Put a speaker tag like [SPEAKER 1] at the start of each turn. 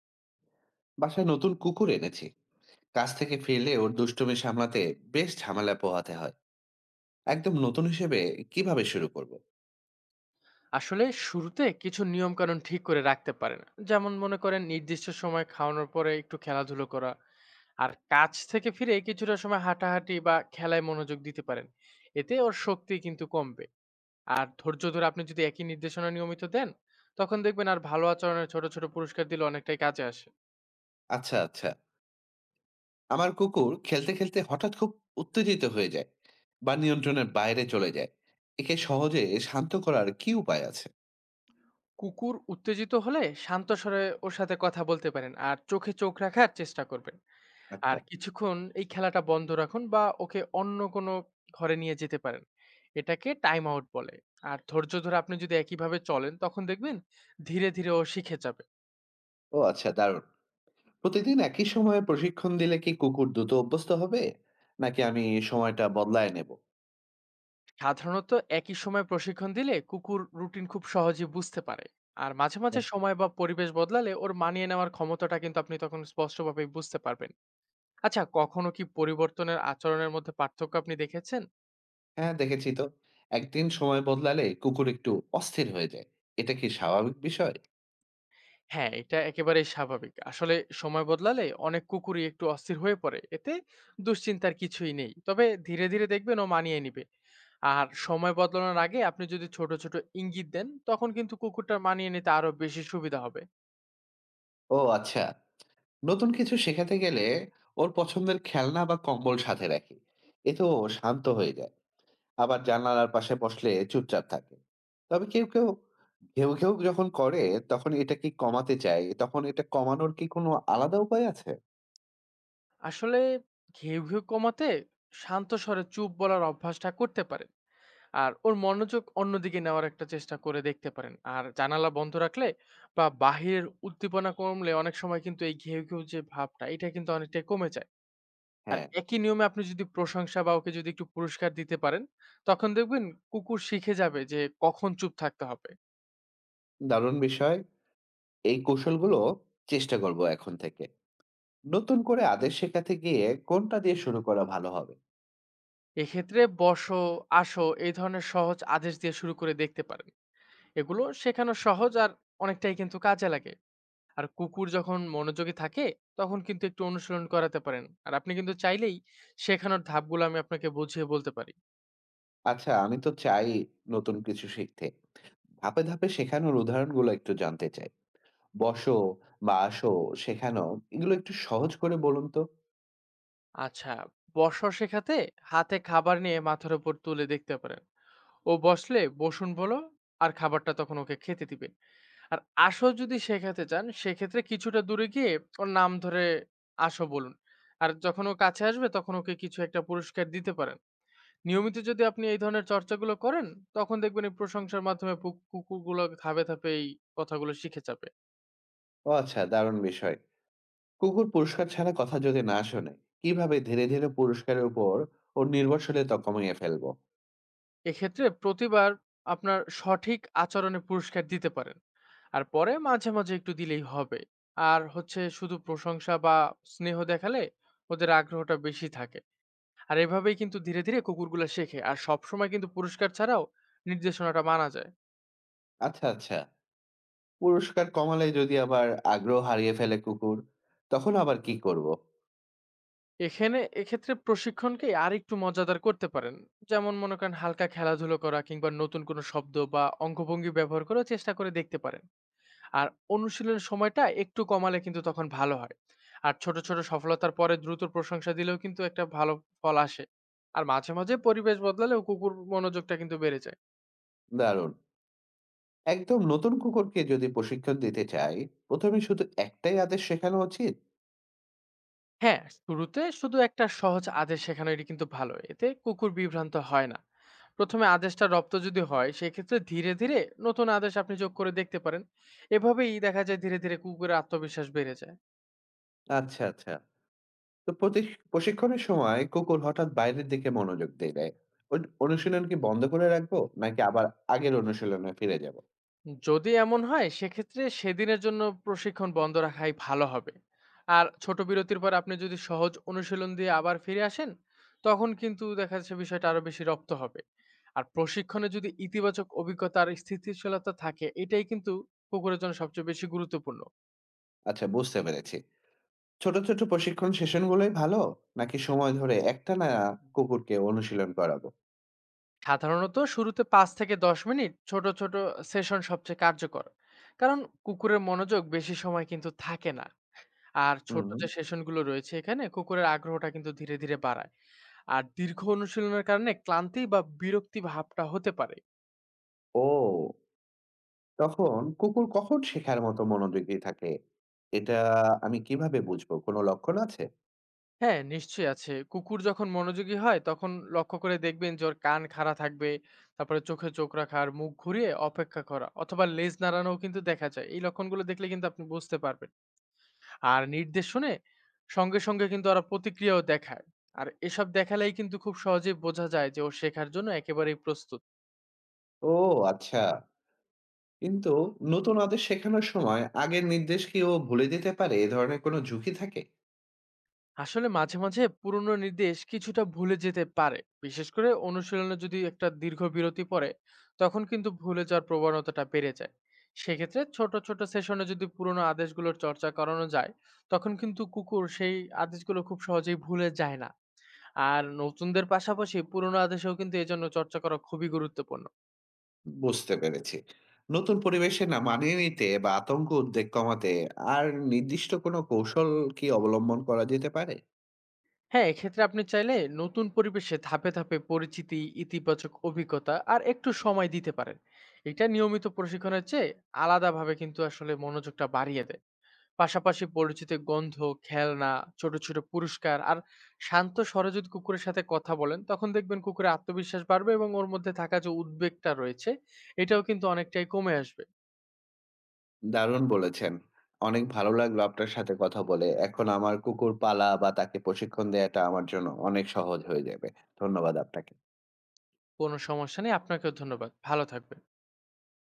[SPEAKER 1] বাসায় নতুন কুকুর এনেছি। কাজ থেকে ফিরলে ওর দুষ্টুমি সামলাতে বেশ ঝামেলা পোহাতে হয়। একদম নতুন হিসেবে কিভাবে শুরু করব?
[SPEAKER 2] আসলে শুরুতে কিছু নিয়ম কানুন ঠিক করে রাখতে পারেন। যেমন মনে করেন, নির্দিষ্ট সময় খাওয়ানোর পরে একটু খেলাধুলো করা আর কাজ থেকে ফিরে কিছুটা সময় হাঁটাহাঁটি বা খেলায় মনোযোগ দিতে পারেন। এতে ওর শক্তি কিন্তু কমবে। আর ধৈর্য ধরে আপনি যদি একই নির্দেশনা নিয়মিত দেন, তখন দেখবেন আর ভালো আচরণের ছোট ছোট পুরস্কার দিলে অনেকটাই কাজে আসে।
[SPEAKER 1] আচ্ছা, আচ্ছা। আমার কুকুর খেলতে খেলতে হঠাৎ খুব উত্তেজিত হয়ে যায় বা নিয়ন্ত্রণের বাইরে চলে যায়। একে সহজে শান্ত করার কি উপায় আছে?
[SPEAKER 2] কুকুর উত্তেজিত হলে শান্ত স্বরে ওর সাথে কথা বলতে পারেন আর চোখে চোখ রাখার চেষ্টা করবেন। আর
[SPEAKER 1] আচ্ছা।
[SPEAKER 2] কিছুক্ষণ এই খেলাটা বন্ধ রাখুন বা ওকে অন্য কোনো ঘরে নিয়ে যেতে পারেন। এটাকে টাইম আউট বলে। আর ধৈর্য ধরে আপনি যদি একইভাবে চলেন তখন দেখবেন ধীরে, ধীরে ও শিখে যাবে।
[SPEAKER 1] ও আচ্ছা, দারুণ। প্রতিদিন একই সময়ে প্রশিক্ষণ দিলে কি কুকুর দ্রুত অভ্যস্ত হবে, নাকি আমি সময়টা বদলায় নেব?
[SPEAKER 2] সাধারণত একই সময় প্রশিক্ষণ দিলে কুকুর রুটিন খুব সহজে বুঝতে পারে। আর মাঝে, মাঝে সময় বা পরিবেশ বদলালে ওর মানিয়ে নেওয়ার ক্ষমতাটা কিন্তু আপনি তখন স্পষ্টভাবেই বুঝতে পারবেন। আচ্ছা, কখনো কি পরিবর্তনের আচরণের মধ্যে পার্থক্য আপনি দেখেছেন?
[SPEAKER 1] হ্যাঁ, দেখেছি তো। একদিন সময় বদলালে কুকুর একটু অস্থির হয়ে যায়। এটা কি স্বাভাবিক বিষয়?
[SPEAKER 2] হ্যাঁ, এটা একেবারেই স্বাভাবিক। আসলে সময় বদলালে অনেক কুকুরই একটু অস্থির হয়ে পড়ে। এতে দুশ্চিন্তার কিছুই নেই। তবে ধীরে, ধীরে দেখবেন ও মানিয়ে নিবে। আর সময় বদলানোর আগে আপনি যদি ছোট, ছোট ইঙ্গিত দেন, তখন কিন্তু কুকুরটা মানিয়ে নিতে আরো বেশি সুবিধা হবে।
[SPEAKER 1] ও আচ্ছা। নতুন কিছু শেখাতে গেলে ওর পছন্দের খেলনা বা কম্বল সাথে রাখি। এতে ও শান্ত হয়ে যায়। আবার জানালার পাশে বসলে চুপচাপ থাকে। তবে কেউ, কেউ ঘেউ, ঘেউ যখন করে, তখন এটা কি কমাতে চায়, তখন এটা কমানোর কি কোনো আলাদা উপায় আছে?
[SPEAKER 2] আসলে ঘেউ, ঘেউ কমাতে শান্ত স্বরে চুপ বলার অভ্যাসটা করতে পারেন। আর ওর মনোযোগ অন্যদিকে নেওয়ার একটা চেষ্টা করে দেখতে পারেন। আর জানালা বন্ধ রাখলে বা বাহিরের উদ্দীপনা কমলে অনেক সময় কিন্তু এই ঘেউ, ঘেউ যে ভাবটা, এটা কিন্তু অনেকটাই কমে যায়। আর
[SPEAKER 1] হ্যাঁ,
[SPEAKER 2] একই নিয়মে আপনি যদি প্রশংসা বা ওকে যদি একটু পুরস্কার দিতে পারেন, তখন দেখবেন কুকুর শিখে যাবে যে কখন চুপ থাকতে হবে।
[SPEAKER 1] দারুণ বিষয়। এই কৌশলগুলো চেষ্টা করব এখন থেকে। নতুন করে আদেশ শেখাতে গিয়ে কোনটা দিয়ে শুরু করা ভালো হবে?
[SPEAKER 2] এক্ষেত্রে বসো, আসো এই ধরনের সহজ আদেশ দিয়ে শুরু করে দেখতে পারেন। এগুলো শেখানো সহজ আর অনেকটাই কিন্তু কাজে লাগে। আর কুকুর যখন মনোযোগী থাকে তখন কিন্তু একটু অনুসরণ করাতে পারেন। আর আপনি কিন্তু চাইলেই শেখানোর ধাপগুলো আমি আপনাকে বুঝিয়ে বলতে পারি।
[SPEAKER 1] আচ্ছা, আমি তো চাই নতুন কিছু শিখতে। ধাপে, ধাপে শেখানোর উদাহরণগুলো একটু জানতে চাই। বসো বা আসো, শেখানো এগুলো একটু সহজ করে বলুন তো।
[SPEAKER 2] আচ্ছা, বসা শেখাতে হাতে খাবার নিয়ে মাথার উপর তুলে দেখতে পারেন। ও বসলে বসুন বলো আর খাবারটা তখন ওকে খেতে দিবে। আর আসো যদি শেখাতে চান সেক্ষেত্রে কিছুটা দূরে গিয়ে ওর নাম ধরে আসো বলুন। আর যখন ও কাছে আসবে তখন ওকে কিছু একটা পুরস্কার দিতে পারেন। নিয়মিত যদি আপনি এই ধরনের চর্চাগুলো করেন তখন দেখবেন এই প্রশংসার মাধ্যমে কুকুরগুলো ধাপে, ধাপে এই কথাগুলো শিখে যাবে।
[SPEAKER 1] ও আচ্ছা, দারুণ বিষয়। কুকুর পুরস্কার ছাড়া কথা যদি না শোনে, কিভাবে ধীরে, ধীরে পুরস্কারের উপর ওর নির্ভরশীলতা কমিয়ে ফেলবো?
[SPEAKER 2] এক্ষেত্রে প্রতিবার আপনার সঠিক আচরণে পুরস্কার দিতে পারেন আর পরে মাঝে মাঝে একটু দিলেই হবে। আর হচ্ছে, শুধু প্রশংসা বা স্নেহ দেখালে ওদের আগ্রহটা বেশি থাকে। আর এভাবেই কিন্তু ধীরে ধীরে কুকুরগুলো শেখে আর সবসময় কিন্তু পুরস্কার ছাড়াও নির্দেশনাটা মানা যায়।
[SPEAKER 1] আচ্ছা, আচ্ছা। পুরস্কার কমালে যদি আবার আগ্রহ হারিয়ে ফেলে কুকুর, তখন আবার কি করব?
[SPEAKER 2] এখানে এক্ষেত্রে প্রশিক্ষণকে আর একটু মজাদার করতে পারেন। যেমন মনে করেন, হালকা খেলাধুলো করা কিংবা নতুন কোনো শব্দ বা অঙ্গভঙ্গি ব্যবহার করে চেষ্টা করে দেখতে পারেন। আর অনুশীলনের সময়টা একটু কমালে কিন্তু তখন ভালো হয়। আর ছোট, ছোট সফলতার পরে দ্রুত প্রশংসা দিলেও কিন্তু একটা ভালো ফল আসে। আর মাঝে, মাঝে পরিবেশ বদলালেও কুকুর মনোযোগটা কিন্তু বেড়ে যায়।
[SPEAKER 1] দারুণ। একদম নতুন কুকুরকে যদি প্রশিক্ষণ দিতে চাই, ১ম এ শুধু একটাই আদেশ শেখানো উচিত?
[SPEAKER 2] হ্যাঁ, শুরুতে শুধু একটা সহজ আদেশ শেখানো এটি কিন্তু ভালো। এতে কুকুর বিভ্রান্ত হয় না। প্রথমে আদেশটা রপ্ত যদি হয় সেক্ষেত্রে ধীরে, ধীরে নতুন আদেশ আপনি যোগ করে দেখতে পারেন। এভাবেই দেখা যায় ধীরে, ধীরে কুকুরের আত্মবিশ্বাস বেড়ে যায়।
[SPEAKER 1] আচ্ছা, আচ্ছা। তো প্রশিক্ষণের সময় কুকুর হঠাৎ বাইরের দিকে মনোযোগ দিলে, অনুশীলন কি বন্ধ করে রাখবো, নাকি আবার আগের অনুশীলনে ফিরে যাবো?
[SPEAKER 2] যদি এমন হয় সেক্ষেত্রে সেদিনের জন্য প্রশিক্ষণ বন্ধ রাখাই ভালো হবে। আর ছোট বিরতির পর আপনি যদি সহজ অনুশীলন দিয়ে আবার ফিরে আসেন তখন কিন্তু দেখা যাচ্ছে বিষয়টা আরো বেশি রপ্ত হবে। আর প্রশিক্ষণে যদি ইতিবাচক অভিজ্ঞতা আর স্থিতিশীলতা থাকে এটাই কিন্তু কুকুরের জন্য সবচেয়ে বেশি গুরুত্বপূর্ণ।
[SPEAKER 1] আচ্ছা, বুঝতে পেরেছি। ছোট, ছোট প্রশিক্ষণ সেশন গুলোই ভালো, নাকি সময় ধরে একটানা কুকুরকে অনুশীলন করাবো?
[SPEAKER 2] সাধারণত শুরুতে 5 থেকে 10 মিনিট ছোট ছোট সেশন সবচেয়ে কার্যকর, কারণ কুকুরের মনোযোগ বেশি সময় কিন্তু থাকে না। আর
[SPEAKER 1] হুম।
[SPEAKER 2] ছোট
[SPEAKER 1] হুম।
[SPEAKER 2] যে সেশনগুলো রয়েছে এখানে কুকুরের আগ্রহটা কিন্তু ধীরে ধীরে বাড়ায়। আর দীর্ঘ অনুশীলনের কারণে ক্লান্তি বা বিরক্তি ভাবটা হতে পারে।
[SPEAKER 1] ও! তখন কুকুর কখন শেখার মতো মনোযোগী থাকে? এটা আমি কিভাবে বুঝবো? কোনো লক্ষণ আছে?
[SPEAKER 2] হ্যাঁ, নিশ্চয়ই আছে। কুকুর যখন মনোযোগী হয় তখন লক্ষ্য করে দেখবেন যে ওর কান খাড়া থাকবে, তারপরে চোখে চোখ রাখা আর মুখ ঘুরিয়ে অপেক্ষা করা অথবা লেজ নাড়ানোও কিন্তু দেখা যায়। এই লক্ষণগুলো দেখলে কিন্তু আপনি বুঝতে পারবেন। আর নির্দেশ শুনে সঙ্গে সঙ্গে কিন্তু ওরা প্রতিক্রিয়াও দেখায়। আর এসব দেখালেই কিন্তু খুব সহজেই বোঝা যায় যে ও শেখার জন্য একেবারেই প্রস্তুত।
[SPEAKER 1] ও আচ্ছা। কিন্তু নতুন আদেশ শেখানোর সময় আগের নির্দেশ কি ও ভুলে দিতে পারে? এ ধরনের কোনো ঝুঁকি থাকে?
[SPEAKER 2] আসলে মাঝে মাঝে পুরনো নির্দেশ কিছুটা ভুলে যেতে পারে, বিশেষ করে অনুশীলনে যদি একটা দীর্ঘ বিরতি পড়ে তখন কিন্তু ভুলে যাওয়ার প্রবণতাটা বেড়ে যায়। সেক্ষেত্রে ছোট ছোট সেশনে যদি পুরনো আদেশগুলোর চর্চা করানো যায় তখন কিন্তু কুকুর সেই আদেশগুলো খুব সহজেই ভুলে যায় না। আর নতুনদের পাশাপাশি পুরনো আদেশেও কিন্তু এই জন্য চর্চা করা খুবই গুরুত্বপূর্ণ।
[SPEAKER 1] বুঝতে পেরেছি। নতুন পরিবেশে না মানিয়ে নিতে বা আতঙ্ক, উদ্বেগ কমাতে আর নির্দিষ্ট কোনো কৌশল কি অবলম্বন করা যেতে পারে?
[SPEAKER 2] হ্যাঁ, এক্ষেত্রে আপনি চাইলে নতুন পরিবেশে ধাপে ধাপে পরিচিতি, ইতিবাচক অভিজ্ঞতা আর একটু সময় দিতে পারেন। এটা নিয়মিত প্রশিক্ষণের চেয়ে আলাদাভাবে কিন্তু আসলে মনোযোগটা বাড়িয়ে দেয়। পাশাপাশি পরিচিত গন্ধ, খেলনা, ছোট ছোট পুরস্কার আর শান্ত স্বরে যদি কুকুরের সাথে কথা বলেন, তখন দেখবেন কুকুরের আত্মবিশ্বাস বাড়বে এবং ওর মধ্যে থাকা যে উদ্বেগটা রয়েছে, এটাও কিন্তু অনেকটাই কমে আসবে।
[SPEAKER 1] দারুণ বলেছেন। অনেক ভালো লাগলো আপনার সাথে কথা বলে। এখন আমার কুকুর পালা বা তাকে প্রশিক্ষণ দেওয়াটা আমার জন্য অনেক সহজ হয়ে যাবে। ধন্যবাদ আপনাকে।
[SPEAKER 2] কোনো সমস্যা নেই, আপনাকেও ধন্যবাদ। ভালো থাকবেন।